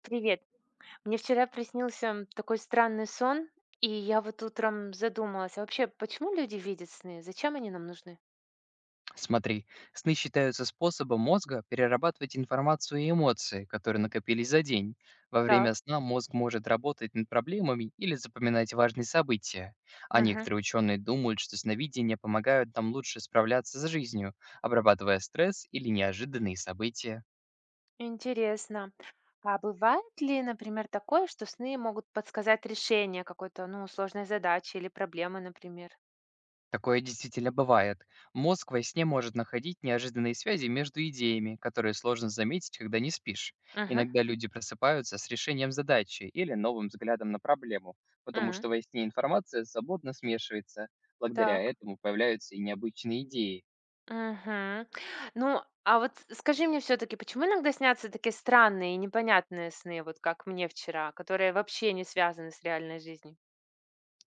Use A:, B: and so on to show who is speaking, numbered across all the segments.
A: Привет. Мне вчера приснился такой странный сон, и я вот утром задумалась, а вообще, почему люди видят сны? Зачем они нам нужны?
B: Смотри, сны считаются способом мозга перерабатывать информацию и эмоции, которые накопились за день. Во
A: Так.
B: время сна мозг может работать над проблемами или запоминать важные события. А
A: Мгм.
B: некоторые ученые думают, что сновидения помогают нам лучше справляться с жизнью, обрабатывая стресс или неожиданные события.
A: Интересно. А бывает ли, например, такое, что сны могут подсказать решение какой-то, ну, сложной задачи или проблемы, например?
B: Такое действительно бывает. Мозг во сне может находить неожиданные связи между идеями, которые сложно заметить, когда не спишь.
A: Угу.
B: Иногда люди просыпаются с решением задачи или новым взглядом на проблему, потому что во сне информация свободно смешивается. Благодаря
A: Так.
B: этому появляются и необычные идеи.
A: Угу. Ну, а вот скажи мне все-таки, почему иногда снятся такие странные и непонятные сны, вот как мне вчера, которые вообще не связаны с реальной жизнью?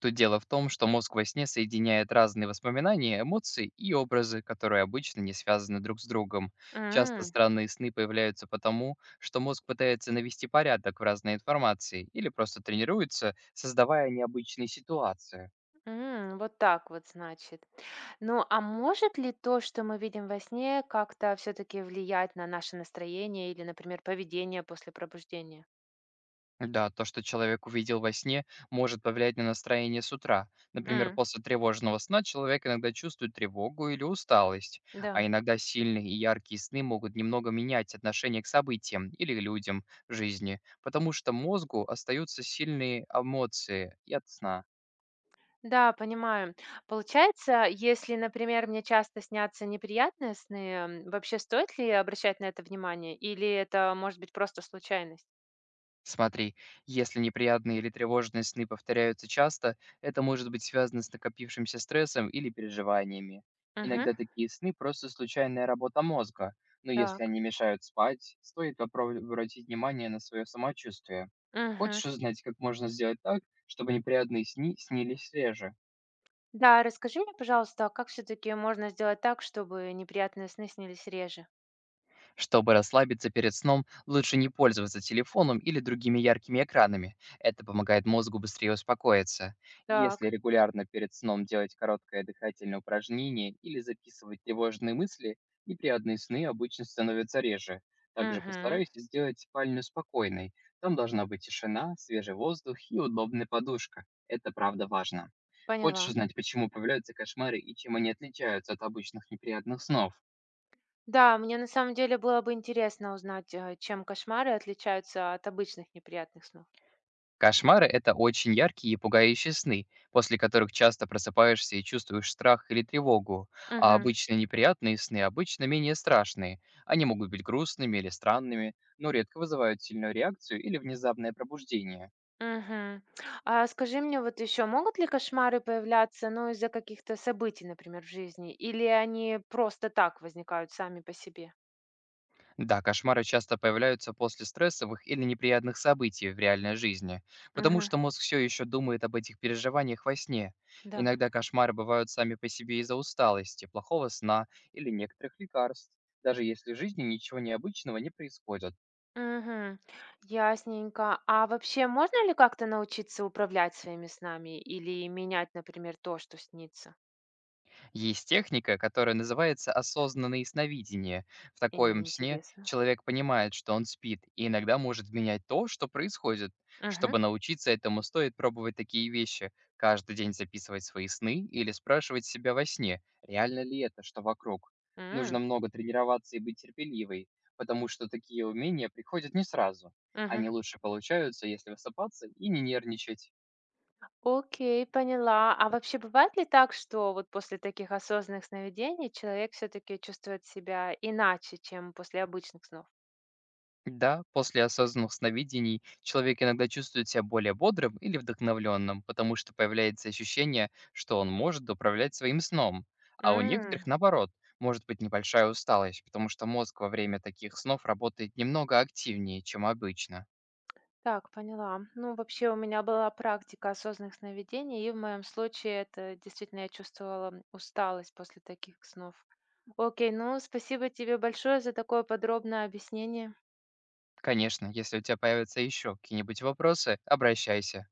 B: Тут дело в том, что мозг во сне соединяет разные воспоминания, эмоции и образы, которые обычно не связаны друг с другом. Часто
A: М.
B: странные сны появляются потому, что мозг пытается навести порядок в разной информации или просто тренируется, создавая необычные ситуации.
A: М, вот так вот, значит. Ну, а может ли то, что мы видим во сне, как-то все-таки влиять на наше настроение или, например, поведение после пробуждения?
B: Да, то, что человек увидел во сне, может повлиять на настроение с утра. Например,
A: М,
B: после тревожного сна человек иногда чувствует тревогу или усталость,
A: да.
B: а иногда сильные и яркие сны могут немного менять отношение к событиям или людям в жизни, потому что мозгу остаются сильные эмоции и от сна.
A: Да, понимаю. Получается, если, например, мне часто снятся неприятные сны, м, вообще стоит ли обращать на это внимание? Или это может быть просто случайность?
B: Смотри, если неприятные или тревожные сны повторяются часто, это может быть связано с накопившимся стрессом или переживаниями.
A: Угу.
B: Иногда такие сны просто случайная работа мозга, но если
A: Так.
B: они мешают спать, стоит попробовать обратить внимание на свое самочувствие.
A: Угу.
B: Хочешь узнать, как можно сделать так, чтобы неприятные сны снились реже?
A: Да, расскажи мне, пожалуйста, а как все-таки можно сделать так, чтобы неприятные сны снились реже?
B: Чтобы расслабиться перед сном, лучше не пользоваться телефоном или другими яркими экранами. Это помогает мозгу быстрее успокоиться. Если
A: Так.
B: регулярно перед сном делать короткое дыхательное упражнение или записывать тревожные мысли, неприятные сны обычно становятся реже. Также
A: Угу.
B: постарайтесь сделать спальню спокойной. Там должна быть тишина, свежий воздух и удобная подушка. Это правда важно. Хочешь
A: Поняла.
B: узнать, почему появляются кошмары и чем они отличаются от обычных неприятных снов?
A: Да, мне на самом деле было бы интересно узнать, чем кошмары отличаются от обычных неприятных снов.
B: Кошмары– это очень яркие и пугающие сны, после которых часто просыпаешься и чувствуешь страх или тревогу, а
A: Мгм.
B: обычно неприятные сны обычно менее страшные. Они могут быть грустными или странными, но редко вызывают сильную реакцию или внезапное пробуждение.
A: Мгм. А скажи мне вот еще, могут ли кошмары появляться, ну, из-за каких-то событий, например, в жизни, или они просто так возникают сами по себе?
B: Да, кошмары часто появляются после стрессовых или неприятных событий в реальной жизни, потому
A: Мгм.
B: что мозг все еще думает об этих переживаниях во сне.
A: Да.
B: Иногда кошмары бывают сами по себе из-за усталости, плохого сна или некоторых лекарств, даже если в жизни ничего необычного не происходит.
A: Мгм. Ясненько. А вообще можно ли как-то научиться управлять своими снами или менять, например, то, что снится?
B: Есть техника, которая называется осознанное сновидение. В таком сне
A: Интересно.
B: человек понимает, что он спит, и иногда может менять то, что происходит.
A: Угу.
B: Чтобы научиться этому, стоит пробовать такие вещи. Каждый день записывать свои сны или спрашивать себя во сне, реально ли это, что вокруг. Нужно много тренироваться и быть терпеливой, потому что такие умения приходят не сразу.
A: Угу.
B: Они лучше получаются, если высыпаться и не нервничать.
A: Окей, поняла. А вообще бывает ли так, что вот после таких осознанных сновидений человек все-таки чувствует себя иначе, чем после обычных снов?
B: Да, после осознанных сновидений человек иногда чувствует себя более бодрым или вдохновленным, потому что появляется ощущение, что он может управлять своим сном. А у некоторых,
A: М.
B: наоборот, может быть небольшая усталость, потому что мозг во время таких снов работает немного активнее, чем обычно.
A: Так, поняла. Ну, вообще у меня была практика осознанных сновидений, и в моем случае это действительно я чувствовала усталость после таких снов. Окей, ну спасибо тебе большое за такое подробное объяснение.
B: Конечно, если у тебя появятся еще какие-нибудь вопросы, обращайся.